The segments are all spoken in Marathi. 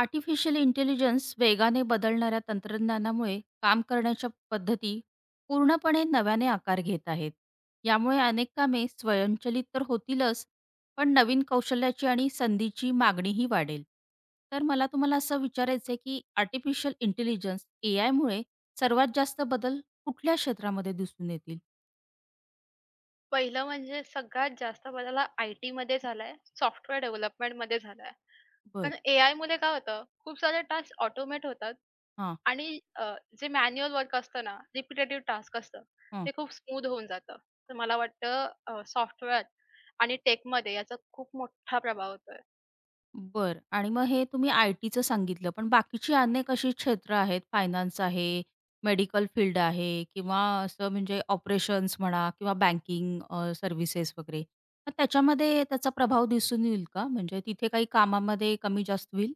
आर्टिफिशियल इंटेलिजन्स वेगाने बदलणाऱ्या तंत्रज्ञानामुळे काम करण्याच्या पद्धती पूर्णपणे नव्याने आकार घेत आहेत. यामुळे अनेक कामे स्वयंचलित तर होतीलच, पण नवीन कौशल्याची आणि संधीची मागणीही वाढेल. तर मला तुम्हाला असं विचारायचं आहे, की आर्टिफिशियल इंटेलिजन्स एआयमुळे सर्वात जास्त बदल कुठल्या क्षेत्रामध्ये दिसून येतील? पहिलं म्हणजे सगळ्यात जास्त बदल हा आय-टीमध्ये झालाय, सॉफ्टवेअर डेव्हलपमेंटमध्ये झालाय. बरं. कारण एआयमुळे काय होतं, खूप सारे टास्क ऑटोमेट होतात हां. आणि जे मॅन्युअल वर्क असतं ना, रिपिटेटिव्ह टास्क असतं, ते खूप स्मूथ होऊन जातं. तर मला वाटतं सॉफ्टवेअर आणि टेकमध्ये याचा खूप मोठा प्रभाव होतोय. बरं. आणि मग हे तुम्ही आय-टीचं सांगितलं, पण बाकीची अनेक अशी क्षेत्र आहेत, फायनान्स आहे, मेडिकल फील्ड आहे किंवा असं म्हणजे ऑपरेशन्स म्हणा किंवा बँकिंग सर्व्हिसेस वगैरे. तर त्याच्यामध्ये त्याचा प्रभाव दिसून येईल का? म्हणजे तिथे काही कामामध्ये कमी-जास्त होईल?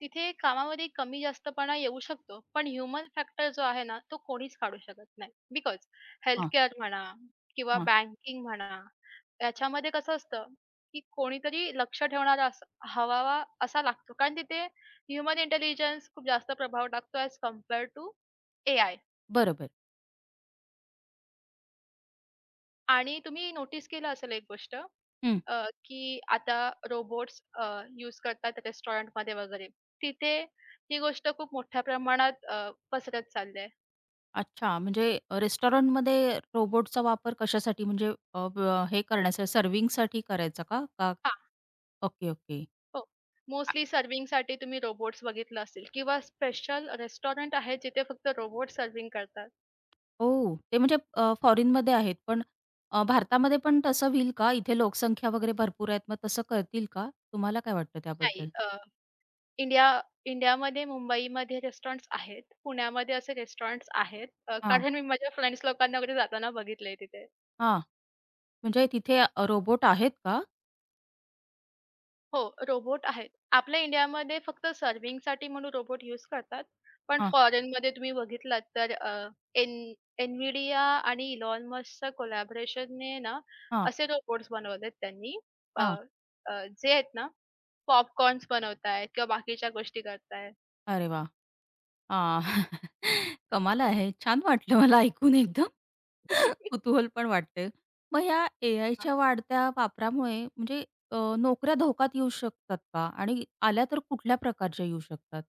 तिथे कामामध्ये कमी जास्तपणा येऊ शकतो. पण ह्यूमन फॅक्टर जो आहे ना, तो कोणीच काढू शकत नाही. बिकॉज हेल्थ हां, केअर म्हणा किंवा हां. बँकिंग म्हणा, याच्यामध्ये कसं असतं, की कोणीतरी लक्ष ठेवणारा असा हवावा असा लागतो. कारण तिथे ह्यूमन इंटेलिजन्स खूप जास्त प्रभाव टाकतो ॲज कंपेअर टू एआय. बरोबर. आणि तुम्ही नोटीस केलं असेल एक गोष्ट हं. की आता रोबोट्स यूज करतात रेस्टॉरंटमध्ये वगैरे. तिथे ही गोष्ट खूप मोठ्या प्रमाणात पसरत चालली आहे. अच्छा, म्हणजे रेस्टॉरंटमध्ये रोबोटचा वापर कशासाठी म्हणजे ब हे करण्यासाठी सर्व्हिंगसाठी करायचा का? का? हां, ओके, ओके. हो. मोस्टली सर्व्हिंगसाठी तुम्ही रोबोट्स बघितलं असेल किंवा स्पेशल रेस्टॉरंट आहेत जिथे फक्त रोबोट सर्व्हिंग करतात. हो. ते म्हणजे फॉरेनमध्ये आहेत. पण भारतामध्ये पण तसं होईल का? इथे लोकसंख्या वगैरे भरपूर आहेत. मग तसं करतील का? तुम्हाला काय वाटतं नाही त्याबद्दल? इंडिया इंडियामध्ये मुंबईमध्ये रेस्टॉरंट्स आहेत. पुण्यामध्ये असे रेस्टॉरंट्स आहेत. हां, कारण मी माझ्या फ्रेंड्स लोकांना वगैरे जाताना बघितलंय तिथे. हां. म्हणजे तिथे रोबोट आहेत का? हो, रोबोट आहेत. आपल्या इंडियामध्ये फक्त सर्व्हिंगसाठी म्हणून रोबोट युज करतात. पण हां, फॉरेनमध्ये तुम्ही बघितलात तर एन NVIDIA आणि Elon Muskच्या कोलॅबोरेशनने ना हां, असे रोबोट्स बनवलेत त्यांनी. अ, हां. अ, जे आहेत ना पॉपकॉर्न्स बनवतायत किंवा बाकीच्या गोष्टी करतायत. अरे वाह! हां. कमाल आहे. छान वाटलं मला ऐकून एकदम. कुतूहल पण वाटतंय. मग ह्या हां, एआयच्या वाढत्या वापरामुळे म्हणजे नोकऱ्या धोक्यात येऊ शकतात का? आणि आल्या तर कुठल्या प्रकारच्या येऊ शकतात?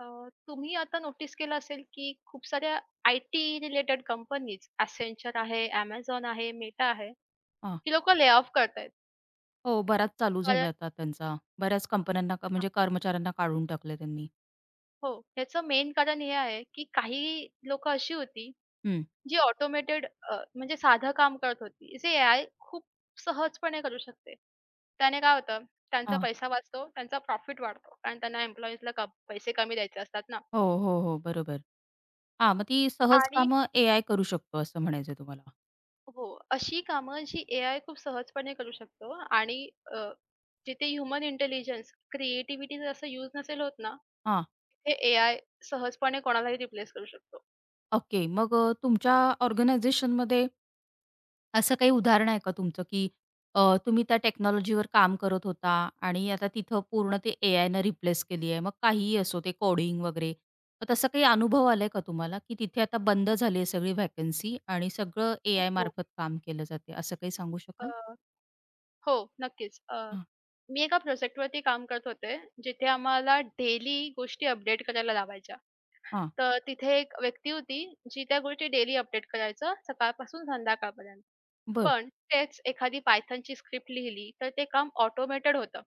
अ, तुम्ही आता नोटीस केलं असेल की खूप साऱ्या आयटी रिलेटेड कंपनीज Accenture आहे, Amazon आहे, Meta आहे, ही लोकं ले ऑफ करतायत. हो, बराच चालू कारण झाला आता त्यांचा. बऱ्याच कंपन्यांना म्हणजे कर्मचाऱ्यांना काढून टाकलं त्यांनी. हो, ह्याचं मेन कारण हे आहे, की काही लोकं अशी होती, हं. जी ऑटोमेटेड म्हणजे साधं काम करत होती. जे एआय खूप सहजपणे करू शकते. त्याने काय होतं, त्यांचा हां. पैसा वाचतो, त्यांचा प्रॉफिट वाढतो. कारण त्यांना एम्प्लॉईजला क पैसे कमी द्यायचे असतात ना. हो, हो, हो. बरोबर. हां, मग ती सहज आणि कामं एआय करू शकतो असं म्हणायचंय तुम्हाला. हो, अशी कामं जी एआय खूप सहजपणे करू शकतो आणि अ, जिथे ह्युमन इंटेलिजन्स, क्रिएटिव्हिटी जर असं यूज नसेल होत ना, हां, तिथे एआय सहजपणे कोणालाही रिप्लेस करू शकतो. ओके. मग तुमच्या ऑर्गनायझेशनमध्ये असं काही उदाहरण आहे का तुमचं, की तुम्ही त्या टेक्नॉलॉजीवर काम करत होता आणि आता तिथं पूर्ण ते एआयनं रिप्लेस केली आहे. मग काहीही असो ते कोडिंग वगैरे. मग तसा काही अनुभव आलाय का तुम्हाला, की तिथे आता बंद झाली आहे सगळी व्हॅकन्सी आणि सगळं हो, हो. एआयमार्फत काम केलं जाते, असं काही सांगू अ, शकाल? हो, नक्कीच. हां. मी एका प्रोजेक्टवरती काम करत होते, जिथे आम्हाला डेली गोष्टी अपडेट करायला लावायच्या. हां, तर तिथे एक व्यक्ती होती, जी त्या गोष्टी डेली अपडेट करायचं सकाळपासून संध्याकाळपर्यंत. बरं. पण तेच एखादी पायथॉनची स्क्रिप्ट लिहिली, तर ते काम ऑटोमेटेड होतं.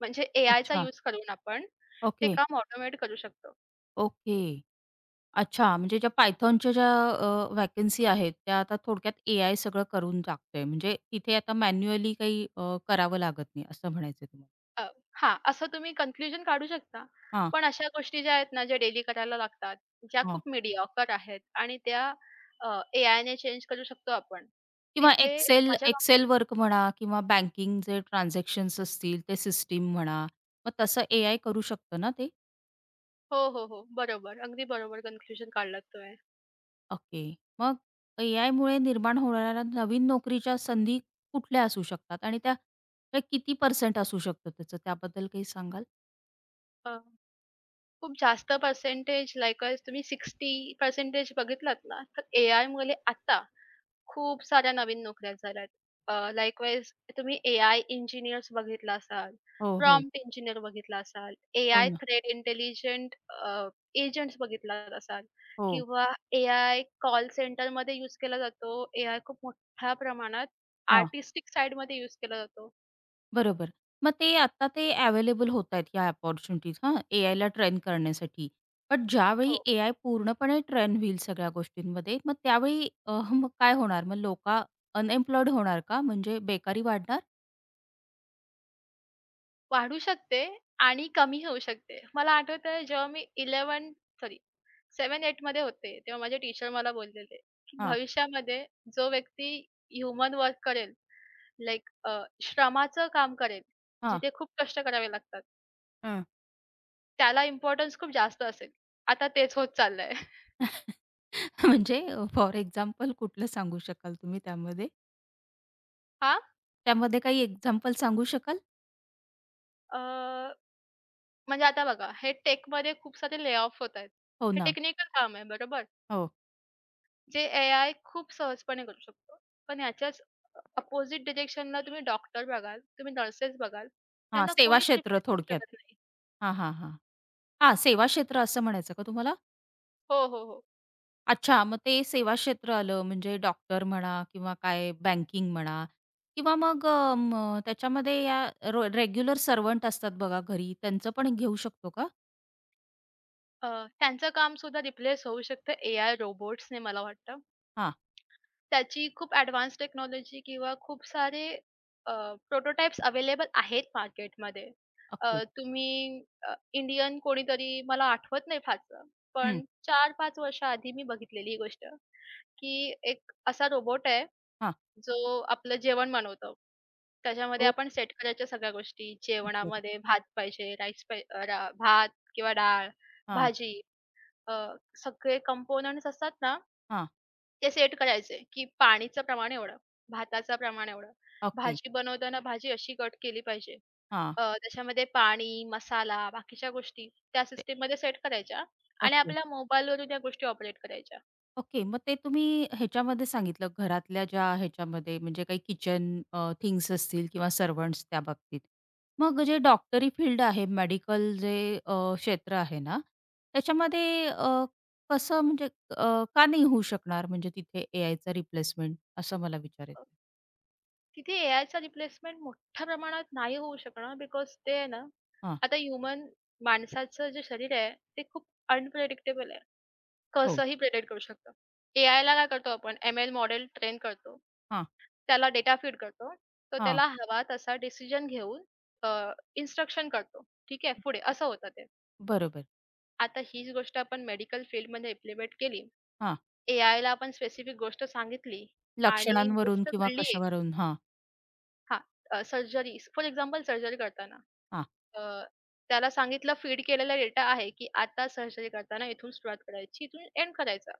म्हणजे एआयचा अच्छा. यूज करून आपण ते ओके, काम ऑटोमेट करू शकतो. ओके. अच्छा, म्हणजे ज्या Pythonच्या ज्या व्हॅकन्सी आहेत, त्या आता थोडक्यात एआय सगळं करून टाकतंय. म्हणजे तिथे आता मॅन्युअली काही करावं लागत नाही, असं म्हणायचंय तुम्हाला? अ, हां, असं तुम्ही कन्क्लुजन काढू शकता. पण अशा गोष्टी ज्या आहेत ना, ज्या डेली करायला लागतात, ज्या हां. खूप मीडिऑकर आहेत आणि त्या अ, एआयने चेंज करू शकतो आपण. किंवा तिथे एक्सेल माझ्या एक्सेल वर्क म्हणा किंवा बँकिंग जे ट्रान्झॅक्शन्स असतील ते सिस्टीम म्हणा, मग तसं एआय करू शकतं ना ते? हो, हो, हो. बरोबर. अगदी बरोबर कन्क्लुजन काढलात तुम्ही. ओके. मग एआयमुळे निर्माण होणाऱ्या नवीन नोकरीच्या संधी कुठल्या असू शकतात? आणि त्या त्या किती पर्सेंट असू शकतं त्याचं त्याबद्दल काही सांगाल? अ, खूप जास्त पर्सेंटेज लाइकवाईज तुम्ही 60% बघितलात ना, तर एआयमुळे आता खूप साऱ्या नवीन नोकऱ्या झाल्यात. लाइकवाईज तुम्ही एआय इंजिनिअर्स बघितला असाल, हो, हो. प्रॉम्प्ट इंजिनिअर बघितला असाल, हो एआय ना. थ्रेट इंटेलिजंट एजंट्स बघितला असाल हो. किंवा एआय कॉल सेंटरमध्ये यूज केला जातो. एआय खूप मोठ्या प्रमाणात हां. आर्टिस्टिक साइडमध्ये यूज केला जातो. बरोबर. मग ते आता ते अवेलेबल होतायत ह्या अपॉर्च्युनिटीज हां, एआयला ट्रेन करण्यासाठी. पण ज्यावेळी हो. एआय पूर्णपणे ट्रेन होईल सगळ्या गोष्टींमध्ये, मग त्यावेळी मग काय होणार? मग लोकं अनएम्प्लॉयड होणार का? म्हणजे बेकारी वाढणार? वाढू शकते आणि कमी होऊ शकते. मला आठवतंय जेव्हा मी 11 सॉरी 7-8 मध्ये होते, तेव्हा माझे टीचर मला बोललेले, की हां, भविष्यामध्ये जो व्यक्ती ह्युमन वर्क करेल, लाइक श्रमाचं काम करेल, हां. जिथे खूप कष्ट करावे लागतात, हां. त्याला इम्पोर्टन्स खूप जास्त असेल. आता तेच होत चाललंय. म्हणजे फॉर एक्झाम्पल कुठलं सांगू शकाल तुम्ही त्यामध्ये? हां, त्यामध्ये काही एक्झाम्पल सांगू शकाल? अ, म्हणजे आता बघा, हे टेकमध्ये खूप सारे ले ऑफ होत आहेत. हो हे ना. टेक्निकल काम आहे, बरोबर? हो. जे एआय खूप सहजपणे करू शकतो. पण ह्याच्याच अ डिरेक्शनला तुम्ही डॉक्टर बघाल, तुम्ही नर्सेस बघाल, हां, त्यांना सेवा कोणीच क्षेत्र रिप्लेस करू थोडक्यात. शकत नाही. हां, हां, हां. हां, सेवा क्षेत्र असं म्हणायचं का तुम्हाला? हो, हो, हो. अच्छा, मग ते सेवा क्षेत्र आलं म्हणजे डॉक्टर म्हणा किंवा काय बँकिंग म्हणा किंवा मग त्याच्यामध्ये या रेग्युलर सर्व्हंट असतात बघा घरी, त्यांचं पण घेऊ शकतो का? अ, त्यांचं काम सुद्धा रिप्लेस होऊ शकतं एआय रोबोट्सने मला वाटतं. हां, त्याची खूप एडवान्स टेक्नॉलॉजी किंवा खूप सारे प्रोटोटाइप्स अवेलेबल आहेत मार्केटमध्ये. ओके. तुम्ही इंडियन कोणीतरी मला आठवत नाही फारसं, हं, पण 4-5 वर्षाआधी मी बघितलेली ही गोष्ट, की एक असा रोबोट आहे हां. जो आपलं जेवण बनवतो. त्याच्यामध्ये हो. आपण सेट करायच्या सगळ्या गोष्टी. टीचर. जेवणामध्ये भात पाहिजे, राईस पाहि भात किंवा डाळ, हां, भाजी अ, सगळे कंपोनंट्स असतात ना, हां. ते सेट करायचे, की पाणीचं प्रमाण एवढं, भाताचं प्रमाण एवढं. ओके. भाजी बनवताना भाजी अशी कट केली पाहिजे. हां, त्याच्यामध्ये पाणी, मसाला, बाकीच्या गोष्टी त्या ते सिस्टममध्ये सेट करायच्या आणि ओके. आपल्या मोबाईलवरून या गोष्टी ऑपरेट करायच्या. ओके. मग ते तुम्ही ह्याच्यामध्ये सांगितलं घरातल्या ज्या ह्याच्यामध्ये म्हणजे काही किचन थिंग्स असतील किंवा सर्व्हंट्स त्या बाबतीत. मग जे डॉक्टरी फील्ड आहे मेडिकल जे क्षेत्र आहे ना, त्याच्यामध्ये कसं म्हणजे का नाही होऊ शकणार म्हणजे तिथे एआयचं रिप्लेसमेंट असं मला हो. विचारायचं. तिथे एआयचा रिप्लेसमेंट मोठ्या प्रमाणात नाही होऊ शकणार बिकॉज ते आहे ना, हां. आता ह्युमन माणसाचं जे शरीर आहे ते खूप अनप्रेडिक्टेबल आहे. हो. कसंही प्रेडिक्ट करू शकतं. एआयला काय करतो आपण एम-एल मॉडेल ट्रेन करतो. हां, त्याला डेटा फीड करतो. तो हां. त्याला हवा तसा डिसिजन घेऊन अ, इन्स्ट्रक्शन करतो. ठीक आहे, पुढे असं होतं ते. बरोबर. आता हीच गोष्ट आपण मेडिकल फील्डमध्ये इम्प्लिमेंट केली. हां. एआयला आपण स्पेसिफिक गोष्ट सांगितली आणि लक्षणांवरून गोष्ट किंवा घडली कशावरून हां, हां. सर्जरी फॉर एक्झाम्पल सर्जरी करताना हां, अ, त्याला सांगितलं फीड केलेला डेटा आहे, की आता सर्जरी करताना इथून सुरुवात करायची, इथून एंड करायचा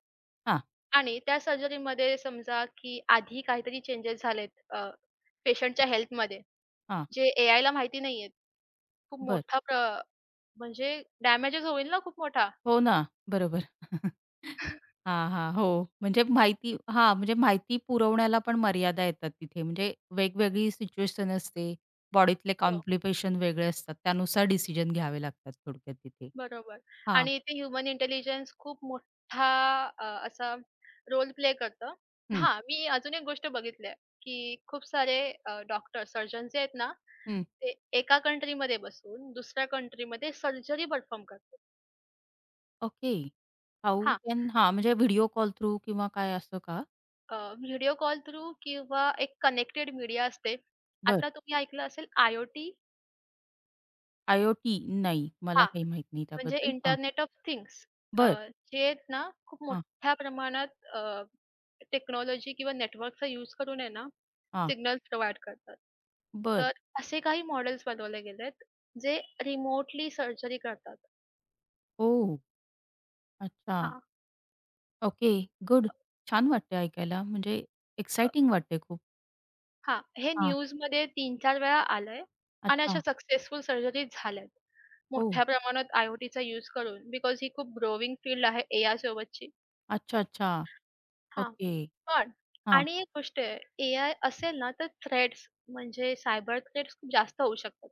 हां, आणि त्या सर्जरीमध्ये समजा, की आधी काहीतरी चेंजेस झालेत अ, पेशंटच्या हेल्थमध्ये, हां. जे एआयला माहिती नाहीयेत. खूप बरं. मोठा प्र म्हणजे डॅमेजच होईल ना खूप मोठा. हो ना, बरोबर. हां, हां. हो, म्हणजे माहिती हां, म्हणजे माहिती पुरवण्याला पण मर्यादा येतात तिथे. म्हणजे वेगवेगळी सिच्युएशन असते. बॉडीतले हो. कॉम्प्लिकेशन वेगळे असतात. त्यानुसार डिसिजन घ्यावे लागतात थोडक्यात तिथे. बरोबर हां. आणि इथे ह्युमन इंटेलिजन्स खूप मोठा असा रोल प्ले करतं. हं, हां, मी अजून एक गोष्ट बघितली आहे, की खूप सारे डॉक्टर, सर्जन जे आहेत ना, हं. ते एका कंट्रीमध्ये बसून दुसऱ्या कंट्रीमध्ये सर्जरी परफॉर्म करतात. ओके. हाऊ हां, कॅन हां, म्हणजे व्हिडिओ कॉल थ्रू किंवा काय असं का? अ, व्हिडिओ कॉल थ्रू किंवा एक कनेक्टेड मीडिया असते. बरं. आता तुम्ही ऐकलं असेल आय ओ आय-ओ-टी. नाही, मला हां, काही माहीत नाही म्हणजे त्याबद्दल. हां. इंटरनेट ऑफ थिंग्स बरं. जे आहेत ना, खूप हां, मोठ्या प्रमाणात टेक्नॉलॉजी किंवा नेटवर्कचा यूज करून आहे ना हां. सिग्नल प्रोव्हाईड करतात. बरं. तर असे काही मॉडेल्स बनवले गेलेत, जे रिमोटली सर्जरी करतात. ओह! अच्छा. हां, ओके, गुड. छान वाटतंय ऐकायला, म्हणजे अ, एक्सायटिंग वाटतंय खूप. हां. हे हां, न्यूजमध्ये 3-4 वेळा आलंय आणि अच्छा. अशा सक्सेसफुल सर्जरी झाल्यात. हो, मोठ्या प्रमाणात आय-ओ-टीचा यूज करून बिकॉज ही खूप ग्रोविंग फील्ड आहे एआय सोबतची. अच्छा, अच्छा. हां. ओके. पण हां, आणि एक गोष्ट आहे, एआय असेल ना, तर थ्रेट्स म्हणजे सायबर थ्रेट्स खूप जास्त होऊ शकतात.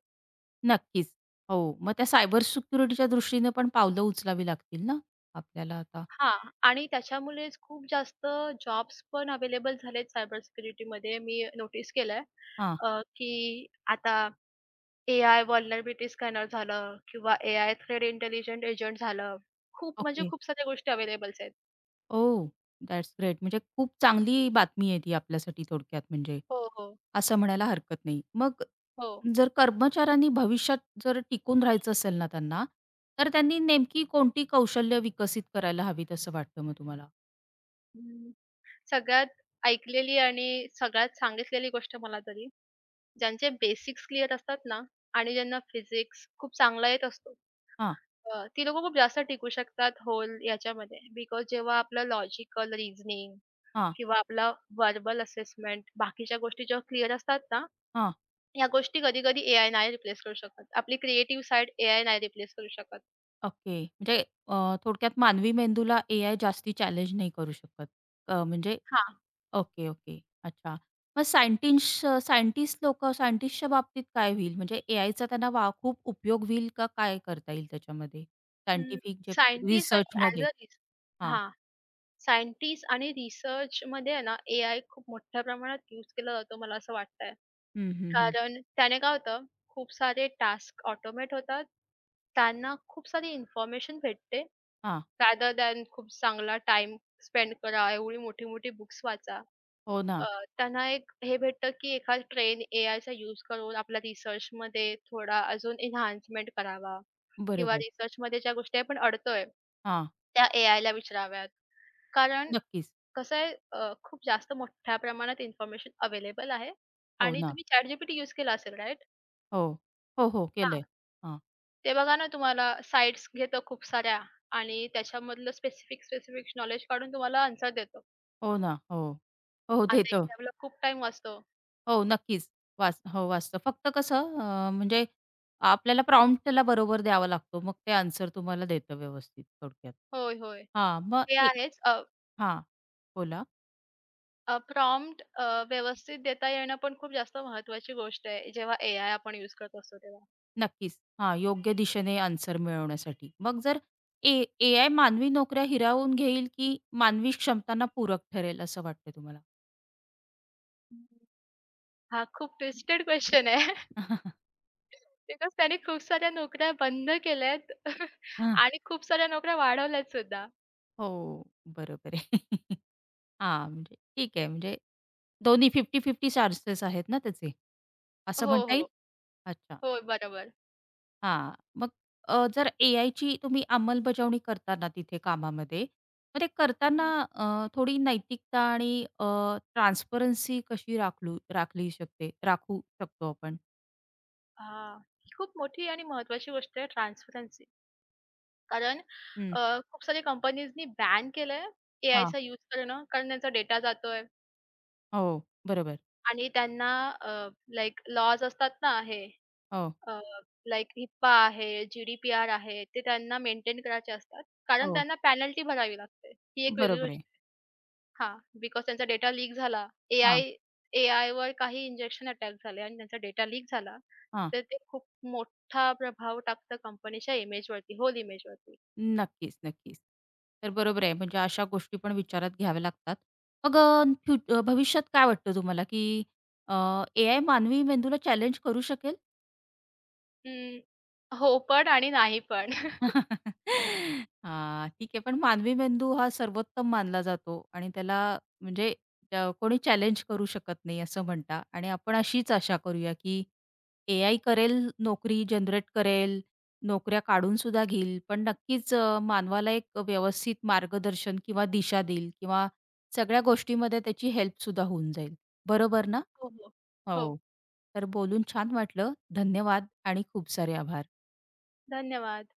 नक्कीच. हो, मग त्या सायबर सिक्युरिटीच्या दृष्टीने पण पावलं उचलावी लागतील ना आपल्याला आता? हां. आणि त्याच्यामुळेच खूप जास्त जॉब्स पण अवेलेबल झालेत सायबर सिक्युरिटीमध्ये मी नोटीस केलंय. हां, की आता एआय व्हलनरबिलिटी स्कॅनर झालं किंवा एआय थ्रेड इंटेलिजंट एजंट झालं. खूप म्हणजे ओके. खूप साऱ्या गोष्टी अवेलेबल्स आहेत. Oh, that's great. म्हणजे खूप चांगली बातमी आहे ती आपल्यासाठी थोडक्यात म्हणजे, हो, हो, असं म्हणायला हरकत नाही. मग हो. जर कर्मचाऱ्यांनी भविष्यात जर टिकून राहायचं असेल ना त्यांना, तर त्यांनी नेमकी कोणती कौशल्य विकसित करायला हवीत असं वाटतं मग तुम्हाला? हं. सगळ्यात ऐकलेली आणि सगळ्यात सांगितलेली गोष्ट मला तरी ज्यांचे बेसिक्स क्लिअर असतात ना आणि ज्यांना फिजिक्स खूप चांगला येत असतो, हां. ती लोकं खूप जास्त टिकू शकतात होल याच्यामध्ये. बिकॉज जेव्हा आपलं लॉजिकल रिझनिंग हां, किंवा आपला व्हर्बल असेसमेंट बाकीच्या गोष्टी जेव्हा क्लिअर असतात ना, हां. ह्या गोष्टी कधी-कधी एआय नाही रिप्लेस करू शकत. आपली क्रिएटिव्ह साइड एआय नाही रिप्लेस करू शकत. ओके. म्हणजे थोडक्यात मानवी मेंदूला एआय जास्ती चॅलेंज नाही करू शकत. म्हणजे हां. Okay, okay. अच्छा. मग सायंटिस्ट सायंटिस्ट लोकं सायंटिस्टच्या बाबतीत काय होईल? म्हणजे एआयचा त्यांना खूप उपयोग होईल का काय करता येईल त्याच्यामध्ये? हं. सायंटिफिक जे सायंटिस्ट आणि ॲज रिसर्चमध्ये? अ रिस हां. हां. सायंटिस्ट आणि रिसर्चमध्ये आहे ना, एआय खूप मोठ्या प्रमाणात यूज केला जातो मला असं वाटतंय. हं. कारण त्याने काय होतं, खूप सारे टास्क ऑटोमेट होतात. त्यांना खूप सारी इन्फॉर्मेशन भेटते. हां. रॅदर दॅन खूप चांगला टाईम स्पेंड करा, एवढी मोठी-मोठी बुक्स वाचा. हो अ, ना. त्यांना एक हे भेटतं, की एखाद ट्रेन एआयचा यूज करून आपल्या रिसर्चमध्ये थोडा अजून एन्हान्समेंट करावा किंवा बरोबर. रिसर्चमध्ये ज्या गोष्टी आपण अडतोय, हां. त्या एआयला विचाराव्यात. कारण नक्कीच. कसं आहे, खूप जास्त मोठ्या प्रमाणात इन्फॉर्मेशन अवेलेबल आहे हो आणि ना. तुम्ही ChatGPT यूज केला असेल, राइट? हो. हो, हो. हां. केलंय. हां. ते बघा ना तुम्हाला साइट्स घेतं खूप साऱ्या आणि त्याच्यामधलं स्पेसिफिक, स्पेसिफिक नॉलेज काढून तुम्हाला आन्सर देतो. हो ना. हो. हो, आता देतं. एक्झामला खूप टाईम वाचतो. हो, नक्कीच. हो, वाचतं. फक्त कसं म्हणजे आपल्याला प्रॉम्प्ट त्याला बरोबर द्यावा लागतो. मग ते आन्सर तुम्हाला देतं व्यवस्थित थोडक्यात. होय, होय. हां, मग ते एक आहेच. अ, हां, बोला. अ, प्रॉम्प्ट व्यवस्थित देता येणं पण खूप जास्त महत्त्वाची गोष्ट आहे, जेव्हा एआय आपण युज करत असतो तेव्हा. नक्कीच. हां, योग्य दिशेने आन्सर मिळवण्यासाठी. मग जर ए एआय मानवी नोकऱ्या हिरावून घेईल, की मानवी क्षमतांना पूरक ठरेल असं वाटतं तुम्हाला? हा खूप ट्विस्टेड क्वेश्चन आहे. बिकॉज त्याने खूप साऱ्या नोकऱ्या बंद केल्यात हां. आणि खूप साऱ्या नोकऱ्या वाढवल्यात सुद्धा. हो, बरोबर आहे. हां, म्हणजे ठीक आहे. म्हणजे दोन्ही 50-50 चान्सेस आहेत ना त्याचे, असं हो, म्हणता येईल? हो. अच्छा. होय, बरोबर. हां. मग जर एआयची तुम्ही अंमलबजावणी करताना तिथे कामामध्ये, मग ते करताना हं. थोडी नैतिकता आणि अ, ट्रान्सपरन्सी कशी राखलू राखली शकते राखू शकतो आपण? हां. खूप मोठी आणि महत्त्वाची गोष्ट आहे ट्रान्सपरन्सी. कारण हं. खूप साऱ्या कंपनीजनी बॅन केलंय हां. एआयचा यूज करणं, कारण त्यांचा डेटा जातोय हो. बरोबर. आणि त्यांना अ, लाइक लॉज असतात ना हे हो, अ, लाइक HIPAA आहे, GDPR आहे, ते त्यांना मेंटेन करायचे असतात. कारण हो. त्यांना पेनल्टी भरावी लागते. ही एक वेगळी बरोबर गोष्ट आहे. हां, बिकॉज त्यांचा डेटा लीक झाला. एआय हां, एआयवर काही इंजेक्शन अटॅक झाले आणि त्यांचा डेटा लीक झाला, हां. तर ते खूप मोठा प्रभाव टाकतं कंपनीच्या इमेजवरती, होल इमेजवरती. नक्कीच, नक्कीच. तर बरोबर आहे म्हणजे अशा गोष्टी पण विचारात घ्याव्या लागतात. मग भविष्यात काय वाटतं तुम्हाला की अ, एआय मानवी मेंदूला चॅलेंज करू शकेल? अं, हो पण आणि नाही पण. हां, ठीक आहे. पण मानवी मेंदू हा सर्वोत्तम मानला जातो आणि त्याला म्हणजे कोणी चॅलेंज करू शकत नाही असं म्हणता आणि आपण अशीच आशा करूया, की एआय करेल नोकरी जनरेट करेल, नोकऱ्या काढून सुद्धा घेईल, पण नक्कीच मानवाला एक व्यवस्थित मार्गदर्शन किंवा दिशा देईल किंवा सगळ्या गोष्टीमध्ये त्याची हेल्प सुद्धा होऊन जाईल. बरोबर ना? हो, हो. हो, हो. तर बोलून छान वाटलं. धन्यवाद आणि खूप सारे आभार. धन्यवाद.